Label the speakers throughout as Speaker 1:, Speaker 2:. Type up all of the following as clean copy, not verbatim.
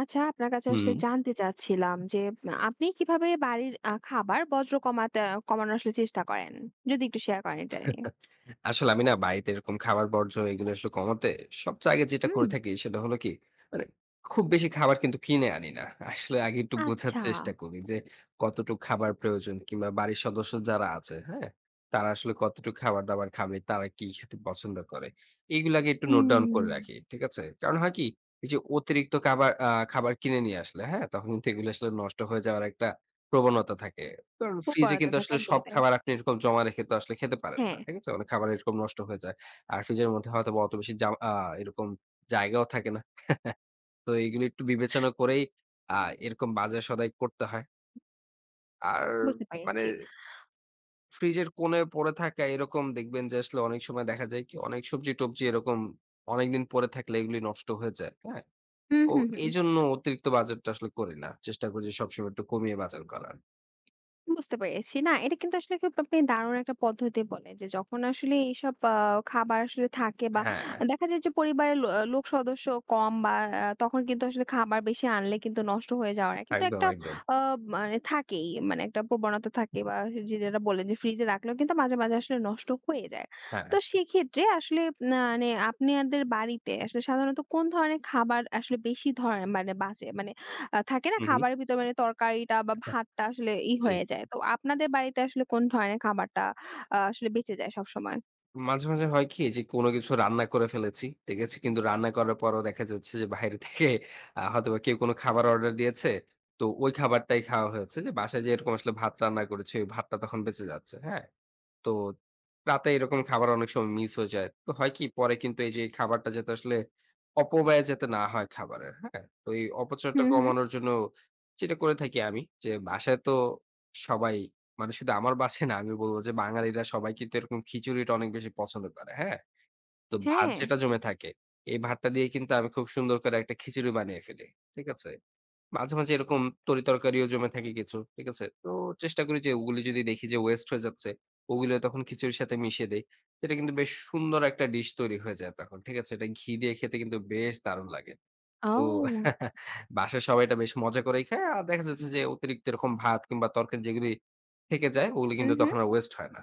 Speaker 1: আচ্ছা, আপনার কাছে
Speaker 2: হুম।
Speaker 1: আসলে জানতে চাচ্ছিলাম যে আপনি কিভাবে বাড়ির খাবার বর্জ্য কমানোর আসলে চেষ্টা করেন? যদি একটু শেয়ার করেন এটা নিয়ে।
Speaker 2: আসলে আমি না বাড়িতে এরকম খাবার বর্জ্য এগুলো আসলে কমাতে সবচেয়ে আগে যেটা
Speaker 1: হুম,
Speaker 2: করে থাকি সেটা হলো কি মানে খুব বেশি খাবার কিন্তু কিনে আনি না। আসলে আগে একটু বোঝার
Speaker 1: আচ্ছা।
Speaker 2: চেষ্টা করি যে কতটুকু খাবার প্রয়োজন কিংবা বাড়ির সদস্য যারা আছে, হ্যাঁ? তারা আসলে কতটুকু খাবার-দাবার খাবে, তারা কি খেতে পছন্দ করে। এইগুলো আগে একটু
Speaker 1: হুম।
Speaker 2: নোট ডাউন করে রাখি। ঠিক আছে? কারণ হয় কি এই যে অতিরিক্ত খাবার কিনে নিয়ে আসলে, হ্যাঁ? তখন কিন্তু এগুলো আসলে নষ্ট হয়ে যাওয়ার একটা প্রবণতা থাকে। কারণ ফ্রিজে
Speaker 1: উর্বরতা
Speaker 2: কিন্তু
Speaker 1: থাকে
Speaker 2: আসলে সব
Speaker 1: একদমই তাই।
Speaker 2: খাবার আপনি এরকম জমা রেখে তো আসলে খেতে পারেন না।
Speaker 1: হ্যাঁ,
Speaker 2: ঠিক আছে? অনেক খাবার এরকম নষ্ট হয়ে যায়। আর ফ্রিজের মধ্যে হয়তোবা অত বেশি জাম আ এরকম জায়গাও থাকে না। তো এগুলো একটু বিবেচনা করেই আ এরকম বাজার সদাই করতে হয়। আর
Speaker 1: বুঝতে
Speaker 2: মানে
Speaker 1: পেরেছি।
Speaker 2: ফ্রিজের কোণে পড়ে থাকা এরকম দেখবেন যে আসলে অনেক সময় দেখা যায় কি অনেক সবজি-টবজি এরকম অনেকদিন পড়ে থাকলে এগুলি নষ্ট হয়ে যায়। হ্যাঁ?
Speaker 1: হুম,
Speaker 2: তো
Speaker 1: হুম, হুম।
Speaker 2: এইজন্য অতিরিক্ত বাজারটা আসলে করি না। চেষ্টা করি যে সবসময় একটু কমিয়ে বাজার করার।
Speaker 1: বুঝতে পেরেছি। না, এটা কিন্তু আসলে খুব আপনি দারুণ একটা পদ্ধতি বললেন যে, যখন আসলে এইসব খাবার আসলে থাকে বা
Speaker 2: হ্যাঁ,
Speaker 1: দেখা যায় যে পরিবারের লোক সদস্য কম বা তখন কিন্তু আসলে খাবার বেশি আনলে কিন্তু নষ্ট হয়ে যাওয়ার কিন্তু
Speaker 2: একদম,
Speaker 1: একটা
Speaker 2: একদম।
Speaker 1: আ মানে থাকেই। মানে একটা প্রবণতা থাকে বা যে যেটা বললেন যে ফ্রিজে রাখলেও কিন্তু মাঝে, মাঝে আসলে নষ্ট হয়ে যায়।
Speaker 2: হ্যাঁ।
Speaker 1: তো সেক্ষেত্রে আসলে মানে আপনাদের বাড়িতে আসলে সাধারণত কোন ধরনের খাবার আসলে বেশি ধরেন মানে বাঁচে? মানে থাকে না
Speaker 2: হু, হু।
Speaker 1: খাবারের ভিতর মানে তরকারিটা বা ভাতটা আসলে ই
Speaker 2: জি।
Speaker 1: হয়ে যায়। তো আপনাদের বাড়িতে আসলে কোন ধরনের খাবারটা আসলে বেঁচে যায় সবসময়?
Speaker 2: মাঝে, মাঝে হয় কি যে কোনো কিছু রান্না করে ফেলেছি। ঠিক আছে? কিন্তু রান্না করার পরও দেখা যাচ্ছে যে বাইরে থেকে হয়তোবা কেউ কোনো খাবার অর্ডার দিয়েছে। তো ওই খাবারটাই খাওয়া হয়েছে। যে বাসায় যে এরকম আসলে ভাত রান্না করেছি, ওই ভাতটা তখন বেঁচে যাচ্ছে। হ্যাঁ? তো রাতে এরকম খাবার অনেক সময় মিস হয়ে যায়। তো হয় কি? পরে কিন্তু এই যে খাবারটা যাতে আসলে অপব্যয় যাতে না হয় খাবারের, হ্যাঁ? তো এই অপচয়টা
Speaker 1: হুম, হুম।
Speaker 2: কমানোর জন্য যেটা করে থাকি আমি যে বাসায় তো সবাই মানে শুধু আমার বাসায় না আমি বলব যে বাঙালিরা সবাই কিন্তু এরকম খিচুড়িটা অনেক বেশি পছন্দ করে, হ্যাঁ? তো ভাত
Speaker 1: হ্যাঁ।
Speaker 2: যেটা জমে থাকে, এই ভাতটা দিয়ে কিন্তু আমি খুব সুন্দর করে একটা খিচুড়ি বানিয়ে ফেলি। ঠিক আছে? মাঝে, মাঝে এরকম তরিতরকারিও জমে থাকে কিছু। ঠিক আছে? তো চেষ্টা করি যে ওগুলি যদি দেখি যে ওয়েস্ট হয়ে যাচ্ছে, ওগুলো তখন খিচুড়ির সাথে মিশিয়ে দেই। এটা কিন্তু বেশ সুন্দর একটা ডিশ তৈরি হয়ে যায় তখন। ঠিক আছে? এটা ঘি দিয়ে খেতে কিন্তু বেশ দারুণ লাগে। তো
Speaker 1: ও!
Speaker 2: বাসায় সবাই এটা বেশ মজা করেই খায়। আর দেখা যাচ্ছে যে অতিরিক্ত এরকম ভাত কিংবা তরকারি যেগুলি থেকে যায় ওগুলো
Speaker 1: হুম,
Speaker 2: কিন্তু
Speaker 1: হুম।
Speaker 2: তখন আর ওয়েস্ট হয় না।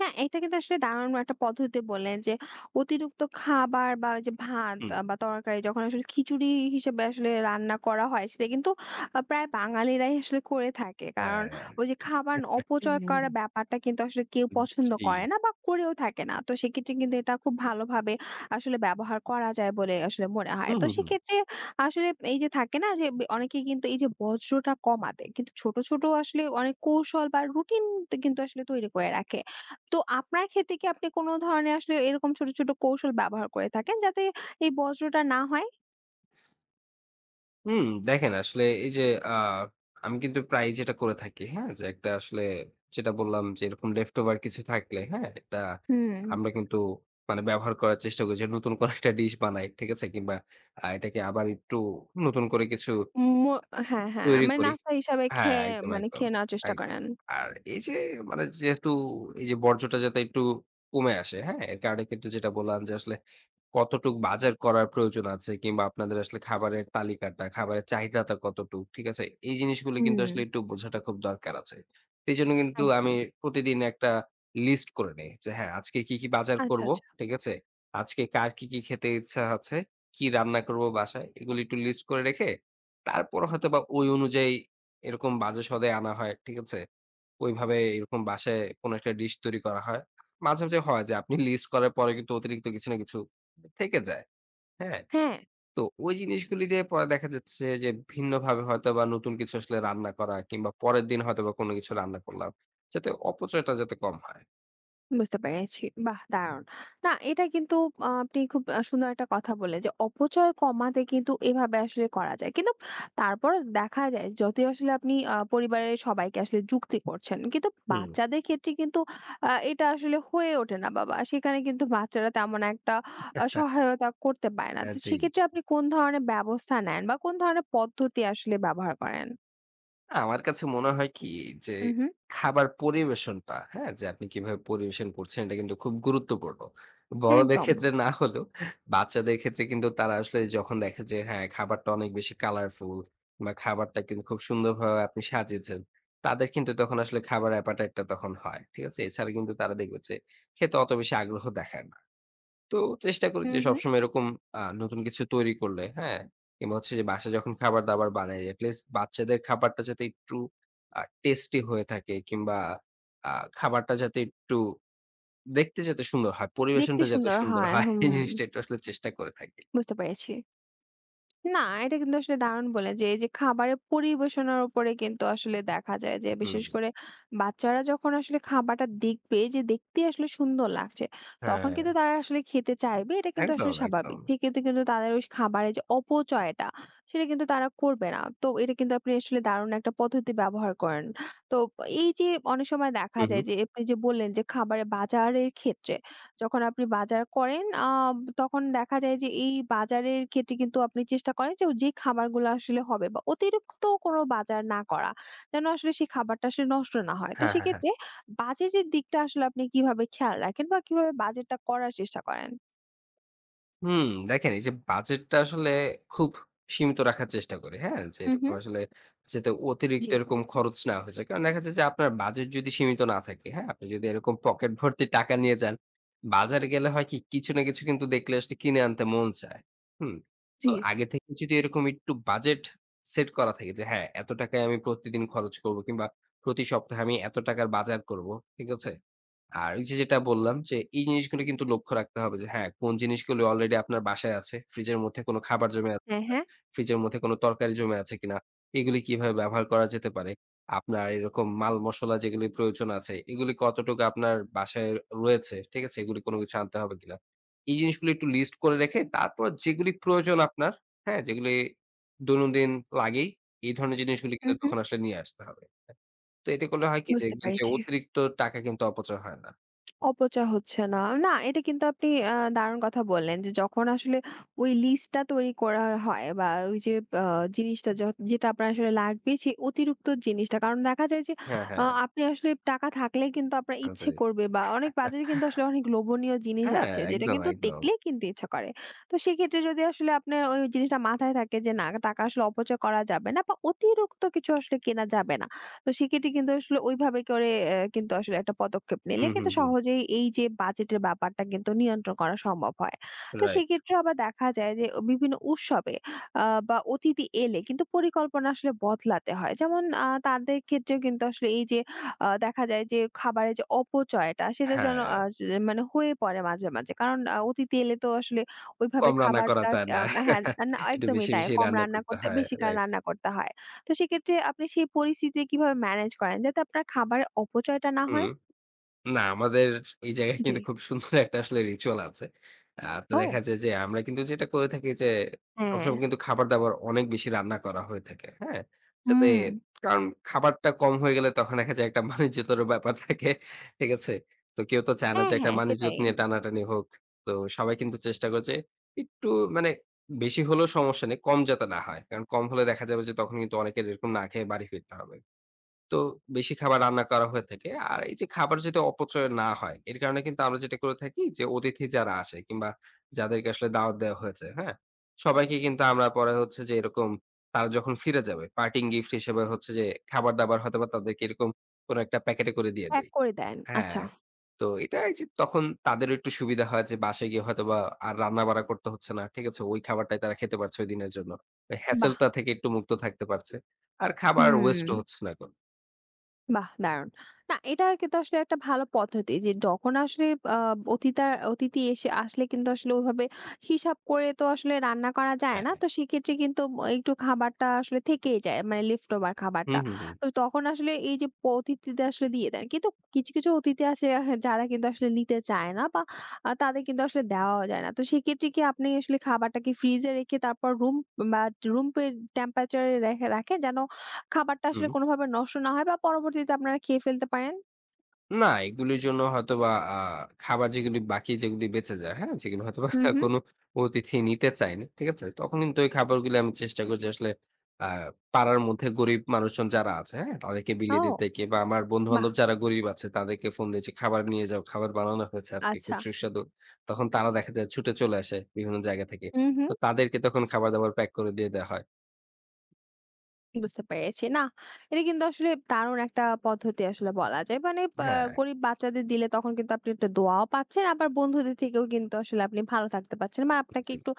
Speaker 1: হ্যাঁ, এটা কিন্তু আসলে দারুণ একটা পদ্ধতি বললেন যে, অতিরিক্ত খাবার বা ওই যে ভাত
Speaker 2: হুম।
Speaker 1: বা তরকারি যখন আসলে খিচুড়ি হিসেবে আসলে রান্না করা হয়, সেটা কিন্তু প্রায় বাঙালিরাই আসলে করে থাকে। কারণ
Speaker 2: হ্যাঁ,
Speaker 1: ওই যে খাবার অপচয় করার ব্যাপারটা কিন্তু আসলে কেউ পছন্দ
Speaker 2: জি।
Speaker 1: করে না বা করেও থাকে না। তো সেক্ষেত্রে কিন্তু এটা খুব ভালোভাবে আসলে ব্যবহার করা যায় বলে আসলে মনে হয়।
Speaker 2: হুম,
Speaker 1: তো
Speaker 2: হুম, হুম।
Speaker 1: সেক্ষেত্রে আসলে এই যে থাকে না যে, অনেকেই কিন্তু এই যে বর্জ্যটা কমাতে কিন্তু ছোট, ছোট আসলে অনেক কৌশল বা রুটিন কিন্তু আসলে তৈরি করে রাখে। তো আপনার ক্ষেত্রে কি আপনি কোন ধরনের আসলে এরকম ছোট, ছোট কৌশল ব্যবহার করে থাকেন যাতে এই বর্জ্যটা না হয়?
Speaker 2: হুম, দেখেন আসলে এই যে আ আমি কিন্তু প্রায়ই যেটা করে থাকি, হ্যাঁ? যে একটা আসলে যেটা বললাম যে এরকম left over কিছু থাকলে, হ্যাঁ? এটা
Speaker 1: হুম।
Speaker 2: আমরা কিন্তু মানে ব্যবহার করার চেষ্টা করি যে নতুন কোনো একটা ডিশ বানাই, ঠিক আছে? কিংবা এটাকে আবার একটু নতুন করে কিছু
Speaker 1: মো হ্যাঁ, হ্যাঁ।
Speaker 2: তৈরি
Speaker 1: মানে
Speaker 2: করি।
Speaker 1: নাস্তা হিসাবে
Speaker 2: হ্যাঁ,
Speaker 1: খেয়ে
Speaker 2: একদম,
Speaker 1: মানে
Speaker 2: একদম,
Speaker 1: খেয়ে নেওয়ার চেষ্টা
Speaker 2: একদম।
Speaker 1: করেন।
Speaker 2: আর এই যে মানে যেহেতু এই যে বর্জ্যটা যাতে একটু কমে আসে, হ্যাঁ? এর কারণে কিন্তু যেটা বললাম যে আসলে কতটুক বাজার করার প্রয়োজন আছে কিংবা আপনাদের আসলে খাবারের তালিকাটা, খাবারের চাহিদাটা কতটুক, ঠিক আছে? এই জিনিসগুলো কিন্তু
Speaker 1: হুম,
Speaker 2: আসলে একটু বোঝাটা খুব দরকার আছে। এইজন্য কিন্তু আমি
Speaker 1: একদমই।
Speaker 2: প্রতিদিন একটা লিস্ট করে নেই যে হ্যাঁ, আজকে কি, কি বাজার
Speaker 1: আচ্ছা,
Speaker 2: করব,
Speaker 1: আচ্ছা।
Speaker 2: ঠিক আছে? আজকে কার কি, কি খেতে ইচ্ছা আছে, কি রান্না করব বাসায়, এগুলো একটু লিস্ট করে রেখে তারপর হয়তোবা ওই অনুযায়ী এরকম বাজে স্বাদে আনা হয়। ঠিক আছে? ওইভাবে এরকম বাসায় কোন একটা ডিশ তৈরি করা হয়। মাঝে, মাঝে হয় যে আপনি লিস্ট করার পরে কিন্তু অতিরিক্ত কিছু না কিছু থেকে যায়। হ্যাঁ?
Speaker 1: হ্যাঁ।
Speaker 2: তো ওই জিনিসগুলি দিয়ে পরে দেখা যাচ্ছে যে ভিন্নভাবে হয়তোবা নতুন কিছু আসলে রান্না করা কিংবা পরের দিন হয়তোবা কোন কিছু রান্না করলাম। যাতে অপচয়টা যাতে কম হয়।
Speaker 1: বুঝতে পেরেছি। বাহ! দারুণ। না এটা কিন্তু আপনি খুব সুন্দর একটা কথা বললেন যে অপচয় কমাতে কিন্তু এভাবে আসলে করা যায়। কিন্তু তারপরও দেখা যায় যতই আসলে আপনি পরিবারের সবাইকে আসলে যুক্তি করছেন। কিন্তু
Speaker 2: হুম।
Speaker 1: বাচ্চাদের ক্ষেত্রে কিন্তু এটা আসলে হয়ে ওঠে না বাবা। সেখানে কিন্তু বাচ্চারা তেমন একটা সহায়তা করতে পারে না। তো
Speaker 2: জি।
Speaker 1: সেক্ষেত্রে আপনি কোন ধরনের ব্যবস্থা নেন বা কোন ধরনের পদ্ধতি আসলে ব্যবহার করেন?
Speaker 2: না, আমার কাছে মনে হয় কি যে
Speaker 1: হু, হু।
Speaker 2: খাবার পরিবেশনটা, হ্যাঁ? যে আপনি কিভাবে পরিবেশন করছেন এটা কিন্তু খুব গুরুত্বপূর্ণ। বড়দের
Speaker 1: একদম।
Speaker 2: ক্ষেত্রে না হলেও বাচ্চাদের ক্ষেত্রে কিন্তু তারা আসলে যখন দেখে যে হ্যাঁ, খাবারটা অনেক বেশি কালারফুল বা খাবারটা কিন্তু খুব সুন্দরভাবে আপনি সাজিয়েছেন, তাদের কিন্তু তখন আসলে খাবার appetite টা তখন হয়। ঠিক আছে? এছাড়া কিন্তু তারা দেখবে যে খেতে অত বেশি আগ্রহ দেখায় না। তো চেষ্টা করি
Speaker 1: হু,
Speaker 2: যে
Speaker 1: হু।
Speaker 2: সবসময় এরকম নতুন কিছু তৈরি করলে, হ্যাঁ? কিংবা হচ্ছে যে বাসায় যখন খাবার-দাবার বানাই, at least বাচ্চাদের খাবারটা যাতে একটু টেস্টি হয়ে থাকে কিংবা আ খাবারটা যাতে একটু দেখতে যাতে সুন্দর হয়,
Speaker 1: দেখতে
Speaker 2: পরিবেশনটা যাতে
Speaker 1: সুন্দর
Speaker 2: সুন্দর
Speaker 1: হয়।
Speaker 2: হয়,
Speaker 1: হুম,
Speaker 2: এই জিনিসটা একটু আসলে চেষ্টা করে থাকি।
Speaker 1: বুঝতে পেরেছি। না, এটা কিন্তু আসলে দারুণ বললেন যে এই যে খাবারের পরিবেশনার উপরে কিন্তু আসলে দেখা যায় যে
Speaker 2: হুম,
Speaker 1: বিশেষ করে বাচ্চারা যখন আসলে খাবারটা দেখবে যে দেখতে আসলে সুন্দর লাগছে তখন
Speaker 2: হ্যাঁ,
Speaker 1: কিন্তু তারা আসলে খেতে চাইবে এটা কিন্তু আসলে
Speaker 2: একদম,
Speaker 1: স্বাভাবিক
Speaker 2: একদম।
Speaker 1: ঠিক কিন্তু কিন্তু তাদের ওই খাবারের যে অপচয়টা সেটা কিন্তু তারা করবে না তো এটা কিন্তু আপনি আসলে দারুণ একটা পদ্ধতি ব্যবহার করেন তো এই যে অনেক সময় দেখা
Speaker 2: হু, হু।
Speaker 1: যায় যে আপনি যে বললেন যে খাবারের বাজারের ক্ষেত্রে যখন আপনি বাজার করেন তখন দেখা যায় যে এই বাজারের ক্ষেত্রে কিন্তু আপনি চেষ্টা করেন যে, যে খাবারগুলো আসলে হবে বা অতিরিক্ত কোনো বাজার না করা। যেন আসলে সেই খাবারটা আসলে নষ্ট না হয়। তো
Speaker 2: হ্যাঁ, হ্যাঁ।
Speaker 1: সেক্ষেত্রে বাজেটের দিকটা আসলে আপনি কিভাবে খেয়াল রাখেন বা কিভাবে বাজেটটা করার চেষ্টা করেন?
Speaker 2: হুম, দেখেন এই যে বাজেটটা আসলে খুব সীমিত রাখার চেষ্টা করি, হ্যাঁ? যে
Speaker 1: হু, হু।
Speaker 2: এরকম আসলে যাতে
Speaker 1: জি,
Speaker 2: অতিরিক্ত এরকম খরচ না হয়ে যায়। কারণ দেখা যাচ্ছে যে আপনার বাজেট যদি সীমিত না থাকে, হ্যাঁ? আপনি যদি এরকম পকেট ভর্তি টাকা নিয়ে যান, বাজারে গেলে হয় কি কিছু না কিছু কিন্তু দেখলে আসলে কিনে আনতে মন চায়। হুম?
Speaker 1: জি।
Speaker 2: তো আগে থেকে যদি এরকম একটু বাজেট সেট করা থাকে যে হ্যাঁ, এত টাকায় আমি প্রতিদিন খরচ করব কিংবা প্রতি সপ্তাহে আমি এত টাকার বাজার করব। ঠিক আছে? আর ওই যে যেটা বললাম যে, এই জিনিসগুলো কিন্তু লক্ষ্য রাখতে হবে যে হ্যাঁ, কোন জিনিসগুলো অলরেডি আপনার বাসায় আছে। ফ্রিজের মধ্যে কোনো খাবার জমে আছে
Speaker 1: হ্যাঁ,
Speaker 2: কিনা?
Speaker 1: হ্যাঁ।
Speaker 2: ফ্রিজের মধ্যে কোনো তরকারি জমে আছে কিনা? এগুলি কিভাবে ব্যবহার করা যেতে পারে? আপনার এরকম মাল মসলা যেগুলির প্রয়োজন আছে, এগুলি কতটুকু আপনার বাসায় রয়েছে, ঠিক আছে? এগুলি কোনো কিছু আনতে হবে কিনা? এই জিনিসগুলো একটু লিস্ট করে রেখে তারপর যেগুলি প্রয়োজন আপনার, হ্যাঁ? যেগুলি দৈনন্দিন লাগেই, এই ধরনের জিনিসগুলি
Speaker 1: হু,
Speaker 2: কিন্তু
Speaker 1: হু।
Speaker 2: তখন আসলে নিয়ে আসতে হবে। হ্যাঁ, তো এতে করলে হয় কি যে
Speaker 1: বুঝতে
Speaker 2: দেখবেন যে
Speaker 1: পেরেছি।
Speaker 2: অতিরিক্ত টাকা কিন্তু অপচয় হয় না।
Speaker 1: অপচয় হচ্ছে না। না, এটা কিন্তু আপনি দারুণ কথা বললেন যে যখন আসলে ওই লিস্টটা তৈরি করা হয় বা ওই যে আ জিনিসটা যেটা আপনার আসলে লাগবে সেই অতিরিক্ত জিনিসটা। কারণ দেখা যায় যে
Speaker 2: হ্যাঁ, হ্যাঁ।
Speaker 1: আপনি আসলে টাকা থাকলে কিন্তু আপনার
Speaker 2: জি।
Speaker 1: ইচ্ছে করবে বা অনেক বাজারে কিন্তু আসলে অনেক লোভনীয় জিনিস
Speaker 2: হ্যাঁ,
Speaker 1: আছে যেটা
Speaker 2: একদম,
Speaker 1: কিন্তু
Speaker 2: একদম।
Speaker 1: দেখলেই কিনতে ইচ্ছা করে। তো সেক্ষেত্রে যদি আসলে আপনার ওই জিনিসটা মাথায় থাকে যে না টাকা আসলে অপচয় করা যাবে না বা অতিরিক্ত কিছু আসলে কেনা যাবে না। তো সেক্ষেত্রে কিন্তু আসলে ওইভাবে করে কিন্তু আসলে একটা পদক্ষেপ নিলে
Speaker 2: হুম, হুম,
Speaker 1: কিন্তু
Speaker 2: হুম।
Speaker 1: সহজেই এই যে বাজেটের ব্যাপারটা কিন্তু নিয়ন্ত্রণ করা সম্ভব হয়। তো
Speaker 2: রাইট।
Speaker 1: সেক্ষেত্রে আবার দেখা যায় যে বিভিন্ন উৎসবে বা অতিথি এলে কিন্তু পরিকল্পনা আসলে বদলাতে হয়। যেমন তাদের ক্ষেত্রেও কিন্তু আসলে এই যে দেখা যায় যে খাবারের যে অপচয়টা সেটা যেন
Speaker 2: হ্যাঁ,
Speaker 1: মানে হয়ে পড়ে মাঝে, মাঝে। কারণ অতিথি এলে তো আসলে ওইভাবে
Speaker 2: কম রান্না করা
Speaker 1: খাবারটা
Speaker 2: যায় না।
Speaker 1: হ্যাঁ, না
Speaker 2: একটু
Speaker 1: একদমই
Speaker 2: বেশি,
Speaker 1: তাই।
Speaker 2: বেশি
Speaker 1: কম
Speaker 2: রান্না
Speaker 1: রান্না
Speaker 2: করতে
Speaker 1: করতে
Speaker 2: হয়।
Speaker 1: বেশি করে
Speaker 2: রাইট।
Speaker 1: রান্না করতে হয়। তো সেক্ষেত্রে আপনি সেই পরিস্থিতি কিভাবে ম্যানেজ করেন যাতে আপনার খাবারের অপচয়টা না
Speaker 2: হুম।
Speaker 1: হয়?
Speaker 2: না, আমাদের এই জায়গায়
Speaker 1: জি।
Speaker 2: কিন্তু খুব সুন্দর একটা আসলে রিচুয়াল আছে। তো দেখা
Speaker 1: ও!
Speaker 2: যায় যে আমরা কিন্তু যেটা করে থাকি যে
Speaker 1: হ্যাঁ।
Speaker 2: সবসময় কিন্তু খাবার-দাবার অনেক বেশি রান্না করা হয়ে থাকে। হ্যাঁ? যাতে
Speaker 1: হুম।
Speaker 2: কারণ খাবারটা কম হয়ে গেলে তখন দেখা যায় একটা মানিজ্যতারও ব্যাপার থাকে। ঠিক আছে? তো কেউ তো চায় না
Speaker 1: হ্যাঁ,
Speaker 2: যে একটা
Speaker 1: হ্যাঁ
Speaker 2: মানিজ্যত
Speaker 1: সেটাই।
Speaker 2: নিয়ে টানাটানি হোক। তো সবাই কিন্তু চেষ্টা করে যে একটু মানে বেশি হলেও সমস্যা নেই, কম যাতে না হয়। কারণ কম হলে দেখা যাবে যে তখন কিন্তু অনেকের এরকম না খেয়ে বাড়ি ফিরতে হবে। তো বেশি খাবার রান্না করা হয়ে থাকে। আর এই যে খাবার যদি অপচয় না হয়, এর কারণে কিন্তু আমরা যেটা করে থাকি যে অতিথি যারা আসে কিংবা যাদেরকে আসলে দাওয়াত দেওয়া হয়েছে, হ্যাঁ? সবাইকে কিন্তু আমরা পরে হচ্ছে যে এরকম তারা যখন ফিরে যাবে পার্টিং গিফট হিসেবে হচ্ছে যে খাবার-দাবার হয়তোবা তাদেরকে এরকম কোনো একটা প্যাকেটে করে দিয়ে
Speaker 1: প্যাক
Speaker 2: দেই।
Speaker 1: করে দেন। আচ্ছা,
Speaker 2: হ্যাঁ। তো এটা এই যে তখন তাদেরও একটু সুবিধা হয় যে বাসায় গিয়ে হয়তোবা আর রান্না-বাড়া করতে হচ্ছে না। ঠিক আছে? ওই খাবারটাই তারা খেতে পারছে ওই দিনের জন্য। ওই হ্যাসেল
Speaker 1: বাহ!
Speaker 2: টা থেকে একটু মুক্ত থাকতে পারছে। আর খাবার ওয়েস্ট ও
Speaker 1: হুম।
Speaker 2: হচ্ছে না কোনো।
Speaker 1: বাহ! দারুণ। না এটা কিন্তু আসলে একটা ভালো পদ্ধতি যে যখন আসলে আ অতিতা অতিথি এসে আসলে কিন্তু আসলে ওভাবে হিসাব করে তো আসলে রান্না করা যায়
Speaker 2: হ্যাঁ।
Speaker 1: না। তো সেক্ষেত্রে কিন্তু একটু খাবারটা আসলে থেকেই যায়। মানে left over খাবারটা।
Speaker 2: হুম, হুম, হুম,
Speaker 1: তো তখন আসলে এই যে অতিথিদের আসলে দিয়ে দেন। কিন্তু কিছু, কিছু অতিথি আছে যারা কিন্তু আসলে নিতে চায় না বা তাদের কিন্তু আসলে দেওয়াও যায় না। তো সেক্ষেত্রে কি আপনি আসলে খাবারটাকে ফ্রিজে রেখে তারপর বা রুম টেম্পারেচার এ রেখে রাখেন যেন খাবারটা আসলে
Speaker 2: হুম।
Speaker 1: কোনোভাবে নষ্ট না হয় বা পরবর্তীতে আপনারা খেয়ে ফেলতে পারেন?
Speaker 2: না, এগুলির জন্য হয়তোবা খাবার যেগুলি বাকি যেগুলি বেঁচে যায়, হ্যাঁ? যেগুলো হয়তোবা
Speaker 1: হুম, হুম।
Speaker 2: কোনো অতিথি নিতে চায়নি, ঠিক আছে? তখন কিন্তু ওই খাবারগুলি আমি চেষ্টা করি যে আসলে আ পাড়ার মধ্যে গরিব মানুষজন যারা আছে, হ্যাঁ? তাদেরকে বিলিয়ে দিতে
Speaker 1: ও!
Speaker 2: কিংবা আমার
Speaker 1: বাহ!
Speaker 2: বন্ধু-বান্ধব যারা গরিব আছে তাদেরকে ফোন দিয়েছি, "খাবার নিয়ে যাও, খাবার বানানো হয়েছে আজকে
Speaker 1: আচ্ছা।
Speaker 2: খুব সুস্বাদু।" তখন তারা দেখা যায় ছুটে চলে আসে বিভিন্ন জায়গা থেকে।
Speaker 1: হুম, হুম।
Speaker 2: তো তাদেরকে তখন খাবার-দাবার প্যাক করে দিয়ে দেয়া হয়।
Speaker 1: বুঝতে পেরেছি। না, এটা কিন্তু আসলে দারুণ একটা পদ্ধতি আসলে বলা যায়। মানে পা
Speaker 2: হ্যাঁ,
Speaker 1: গরিব বাচ্চাদের দিলে তখন কিন্তু আপনি একটা দোয়াও পাচ্ছেন, আবার বন্ধুদের থেকেও কিন্তু আসলে আপনি ভালো থাকতে পারছেন। বা আপনাকে
Speaker 2: জি।
Speaker 1: একটু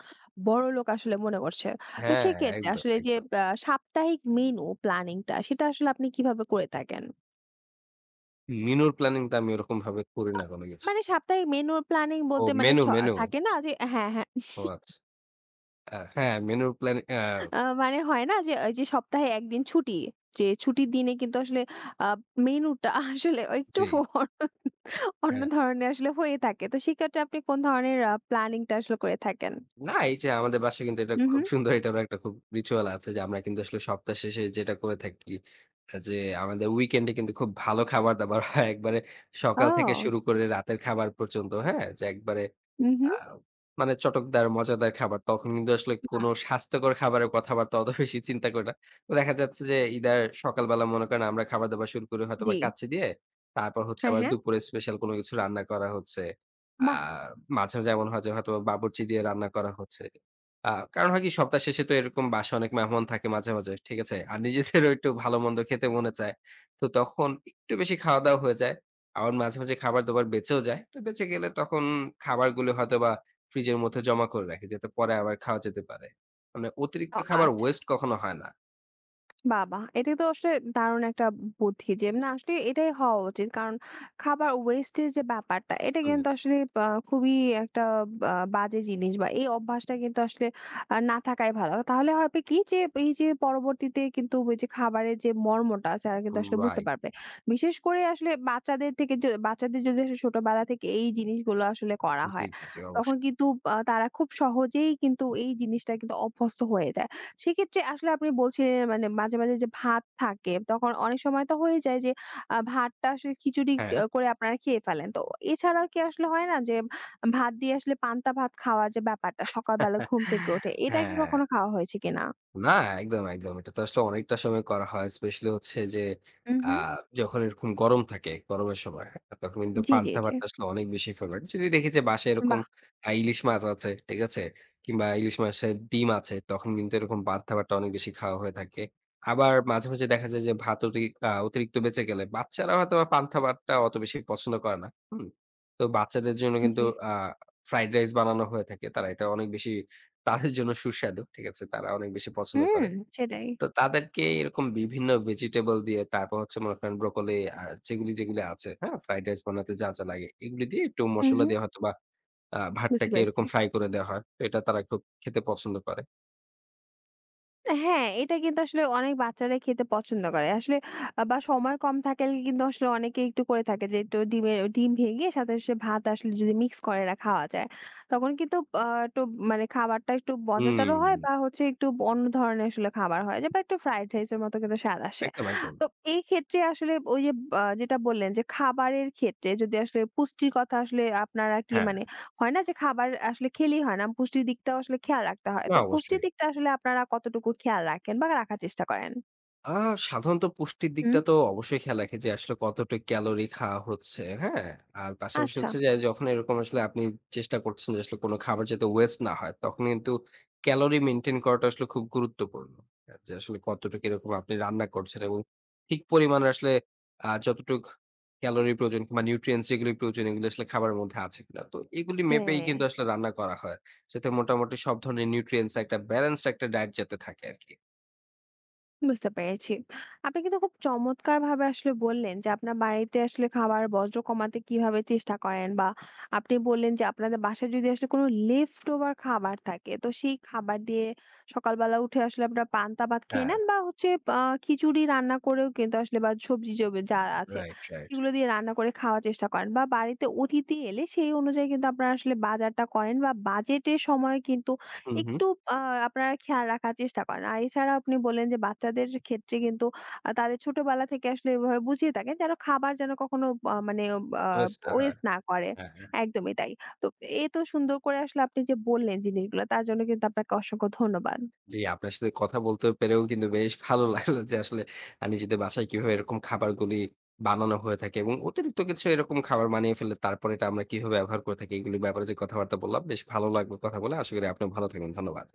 Speaker 1: বড়লোক আসলে মনে করছে। তো
Speaker 2: হ্যাঁ,
Speaker 1: সেক্ষেত্রে
Speaker 2: একদম,
Speaker 1: আসলে যে
Speaker 2: একদম।
Speaker 1: সাপ্তাহিক মেনু প্ল্যানিংটা সেটা আসলে আপনি কিভাবে করে থাকেন?
Speaker 2: মেনুর প্ল্যানিং তো আমি ওরকমভাবে করি না কোনো কিছু।
Speaker 1: মানে সাপ্তাহিক মেনু প্ল্যানিং
Speaker 2: ও
Speaker 1: বলতে মানে
Speaker 2: মেনু, মেনু।
Speaker 1: থাকে না যে হ্যাঁ, হ্যাঁ।
Speaker 2: ও আচ্ছা। হ্যাঁ, মেনুর প্ল্যান আ
Speaker 1: আ মানে হয় না যে ওই যে সপ্তাহে ১ দিন ছুটি। যে ছুটির দিনে কিন্তু আসলে আ মেনুটা আসলে একটু
Speaker 2: জি,
Speaker 1: অন্য অন্য
Speaker 2: হ্যাঁ।
Speaker 1: ধরনের আসলে হয়ে থাকে। তো সেক্ষেত্রে আপনি কোন ধরনের প্ল্যানিং টা আসলে করে থাকেন?
Speaker 2: না এই যে আমাদের বাসায় কিন্তু এটা
Speaker 1: উহু।
Speaker 2: খুব সুন্দর এটারও একটা খুব রিচুয়াল আছে যে আমরা কিন্তু আসলে সপ্তাহ শেষে যেটা করে থাকি যে আমাদের উইকেন্ড এ কিন্তু খুব ভালো খাবার-দাবার হয়। একবারে সকাল থেকে
Speaker 1: ও!
Speaker 2: শুরু করে রাতের খাবার পর্যন্ত, হ্যাঁ? যে একবারে
Speaker 1: উহু।
Speaker 2: আ মানে চটকদার, মজাদার খাবার। তখন কিন্তু আসলে
Speaker 1: বাহ!
Speaker 2: কোনো স্বাস্থ্যকর খাবারের কথাবার্তা অত বেশি চিন্তা করি না। তো দেখা যাচ্ছে যে ইদার সকালবেলা মনে করেন আমরা খাবার-দাবার শুরু করি
Speaker 1: জি।
Speaker 2: হয়তোবা কাচ্চি দিয়ে। তারপর হচ্ছে
Speaker 1: হ্যাঁ,
Speaker 2: আবার
Speaker 1: হ্যাঁ।
Speaker 2: দুপুরে স্পেশাল কোনো কিছু রান্না করা হচ্ছে। আ
Speaker 1: বাহ!
Speaker 2: মাঝে যেমন হয় যে হয়তোবা বাবুর্চি দিয়ে রান্না করা হচ্ছে। কারণ হয় কি সপ্তাহ শেষে তো এরকম বাসায় অনেক মেহমান থাকে মাঝে, মাঝে। ঠিক আছে? আর নিজেদেরও একটু ভালো-মন্দ খেতে মনে চায়। তো তখন একটু বেশি খাওয়া-দাওয়া হয়ে যায়। আবার মাঝে, মাঝে খাবার দাবার বেঁচেও যায়। তো বেঁচে গেলে তখন খাবারগুলো হয়তোবা ফ্রিজের মধ্যে জমা করে রাখি যাতে পরে আবার খাওয়া যেতে পারে। মানে অতিরিক্ত
Speaker 1: ও
Speaker 2: খাবার
Speaker 1: আচ্ছা।
Speaker 2: ওয়েস্ট কখনো হয় না।
Speaker 1: বাহ! বাহ! এটা তো আসলে দারুণ একটা বুদ্ধি যে না আসলে এটাই হওয়া উচিত। কারণ খাবার ওয়েস্টের যে ব্যাপারটা এটা
Speaker 2: হুম,
Speaker 1: কিন্তু আসলে খুবই একটা বাজে জিনিস বা এই অভ্যাসটা কিন্তু আসলে না থাকাই ভালো। তাহলে হবে কি যে এই যে পরবর্তীতে কিন্তু ওই যে খাবারের যে মর্মটা তারা কিন্তু আসলে বুঝতে
Speaker 2: রাইট।
Speaker 1: পারবে। বিশেষ করে আসলে বাচ্চাদের থেকে বাচ্চাদের যদি আসলে ছোটবেলা থেকে এই জিনিসগুলো আসলে করা
Speaker 2: জি,
Speaker 1: হয়
Speaker 2: জি, জি,
Speaker 1: তখন
Speaker 2: অবশ্যই।
Speaker 1: কিন্তু তারা খুব সহজেই কিন্তু এই জিনিসটা কিন্তু অভ্যস্ত হয়ে যায়। সেক্ষেত্রে আসলে আপনি বলছিলেন মানে মাঝে, মাঝে যে ভাত থাকে তখন অনেক সময় তো হয়ে যায় যে ভাতটা আসলে খিচুড়ি
Speaker 2: হ্যাঁ।
Speaker 1: করে আপনারা খেয়ে ফেলেন। তো এছাড়াও কি আসলে হয় না যে ভাত দিয়ে আসলে পান্তা ভাত খাওয়ার যে ব্যাপারটা সকালবেলা ঘুম থেকে উঠে, এটা কি
Speaker 2: হ্যাঁ।
Speaker 1: কখনো খাওয়া হয়েছে কিনা?
Speaker 2: না, একদম, একদম। এটা তো আসলে অনেকটা সময় করা হয়। স্পেশালি হচ্ছে যে আ
Speaker 1: উহু,
Speaker 2: যখন এরকম গরম থাকে, গরমের সময়, হ্যাঁ? তখন কিন্তু
Speaker 1: জি, জি,
Speaker 2: পান্তা
Speaker 1: জি।
Speaker 2: ভাতটা আসলে অনেক বেশি ফেভারিট। যদি দেখি যে বাসায় এরকম
Speaker 1: বাহ!
Speaker 2: ইলিশ মাছ আছে, ঠিক আছে? কিংবা ইলিশ মাছের ডিম আছে, তখন কিন্তু এরকম পান্তা ভাতটা অনেক বেশি খাওয়া হয়ে থাকে। আবার মাঝে, মাঝে দেখা যায় যে ভাত অতিরিক্ত বেঁচে গেলে বাচ্চারা হয়তোবা পান্তা ভাতটা অত বেশি পছন্দ করে না। হুম? তো বাচ্চাদের জন্য কিন্তু
Speaker 1: জি।
Speaker 2: আ ফ্রাইড রাইস বানানো হয়ে থাকে। তারা এটা অনেক বেশি তাদের জন্য সুস্বাদু। ঠিক আছে? তারা অনেক বেশি পছন্দ
Speaker 1: হুম।
Speaker 2: করে।
Speaker 1: সেটাই।
Speaker 2: তো তাদেরকে এরকম বিভিন্ন ভেজিটেবল দিয়ে তারপর হচ্ছে মনে করেন ব্রোকলি আর যেগুলি, যেগুলি আছে, হ্যাঁ? ফ্রাইড রাইস বানাতে যা, যা লাগে এগুলি দিয়ে একটু মসলা
Speaker 1: উহু।
Speaker 2: দিয়ে হয়তোবা
Speaker 1: বুঝতে
Speaker 2: ভাতটাকে
Speaker 1: পেরেছি।
Speaker 2: এরকম ফ্রাই করে দেওয়া হয়। তো এটা তারা খুব খেতে পছন্দ করে।
Speaker 1: হ্যাঁ, এটা কিন্তু আসলে অনেক বাচ্চারাই খেতে পছন্দ করে। আসলে বা সময় কম থাকলে কিন্তু আসলে অনেকে একটু করে থাকে যে একটু ডিম ভেঙে সাথে সে ভাত আসলে যদি মিক্স করে না খাওয়া যায়। তখন কিন্তু একটু মানে খাবারটা একটু মজাদারও
Speaker 2: হুম,
Speaker 1: হয় বা হচ্ছে একটু অন্য ধরনের আসলে খাবার হয় যে বা একটু ফ্রাইড রাইস এর মতো কিন্তু স্বাদ আসে।
Speaker 2: একদম, একদম।
Speaker 1: তো এই ক্ষেত্রে আসলে ওই যে যেটা বললেন যে খাবারের ক্ষেত্রে যদি আসলে পুষ্টির কথা আসলে আপনারা কি
Speaker 2: হ্যাঁ,
Speaker 1: মানে হয় না যে খাবার আসলে খেলেই হয় না। পুষ্টির দিকটাও আসলে খেয়াল রাখতে হয়।
Speaker 2: না
Speaker 1: তো পুষ্টির
Speaker 2: অবশ্যই।
Speaker 1: দিকটা আসলে আপনারা কতটুকু খেয়াল রাখেন বা রাখার চেষ্টা করেন?
Speaker 2: আ সাধারণত পুষ্টির
Speaker 1: হুম।
Speaker 2: দিকটা তো অবশ্যই খেয়াল রাখি যে আসলে কতটা ক্যালোরি খাওয়া হচ্ছে, হ্যাঁ? আর পাশাপাশি
Speaker 1: আচ্ছা,
Speaker 2: হচ্ছে যে যখন এরকম আসলে আপনি চেষ্টা করছেন যে আসলে কোন খাবার যাতে ওয়েস্ট না হয়, তখন কিন্তু ক্যালোরি মেইনটেইন করাটা আসলে খুব গুরুত্বপূর্ণ। যে আসলে কতটুকু এরকম আপনি রান্না করছেন এবং ঠিক পরিমাণে আসলে যতটুক ক্যালোরি প্রয়োজন কিংবা নিউট্রিয়েন্টস যেগুলি প্রয়োজন এগুলো আসলে খাবারের মধ্যে আছে কিনা। তো এগুলি মেপেই
Speaker 1: হ্যাঁ।
Speaker 2: কিন্তু আসলে রান্না করা হয়। যাতে মোটামুটি সব ধরনের নিউট্রিয়েন্টস একটা ব্যালেন্সড একটা ডায়েট যাতে থাকে আরকি।
Speaker 1: বুঝতে পেরেছি। আপনি কিন্তু খুব চমৎকারভাবে আসলে বললেন যে আপনার বাড়িতে আসলে খাবার বর্জ্য কমাতে কিভাবে চেষ্টা করেন বা আপনি বললেন যে আপনাদের বাসায় যদি আসলে কোনো লেফট ওভার খাবার থাকে তো সেই খাবার দিয়ে সকালবেলা উঠে আসলে আপনারা পান্তা ভাত খেয়ে
Speaker 2: হ্যাঁ,
Speaker 1: নেন বা হচ্ছে আ খিচুড়ি রান্না করেও কিন্তু আসলে বা সবজি জবে যা আছে
Speaker 2: রাইট, রাইট।
Speaker 1: সেগুলো দিয়ে রান্না করে খাওয়ার চেষ্টা করেন বা বাড়িতে অতিথি এলে সেই অনুযায়ী কিন্তু আপনারা আসলে বাজারটা করেন বা বাজেটের সময় কিন্তু
Speaker 2: হুম, হুম।
Speaker 1: একটু আ আপনারা খেয়াল রাখার চেষ্টা করেন। আর এছাড়া আপনি বললেন যে বাচ্চাদের ক্ষেত্রে কিন্তু তাদের ছোটবেলা থেকে আসলে এভাবে বুঝিয়ে থাকেন যেন খাবার যেন কখনো মানে আ
Speaker 2: শুভেচ্ছা। হ্যাঁ,
Speaker 1: ওয়েস্ট না করে।
Speaker 2: হ্যাঁ, হ্যাঁ।
Speaker 1: একদমই তাই। তো এ তো সুন্দর করে আসলে আপনি যে বললেন জিনিসগুলো তার জন্য কিন্তু আপনাকে অসংখ্য ধন্যবাদ।
Speaker 2: জি, আপনার সাথে কথা বলতে পেরেও কিন্তু বেশ ভালো লাগলো যে আসলে নিজেদের বাসায় কিভাবে এরকম খাবারগুলি বানানো হয়ে থাকে এবং অতিরিক্ত কিছু এরকম খাবার বানিয়ে ফেললে তারপরে এটা আমরা কিভাবে ব্যবহার করে থাকি এগুলির ব্যাপারে যে কথাবার্তা বললাম বেশ ভালো লাগলো কথা বলে। আশা করি আপনিও ভালো থাকবেন। ধন্যবাদ।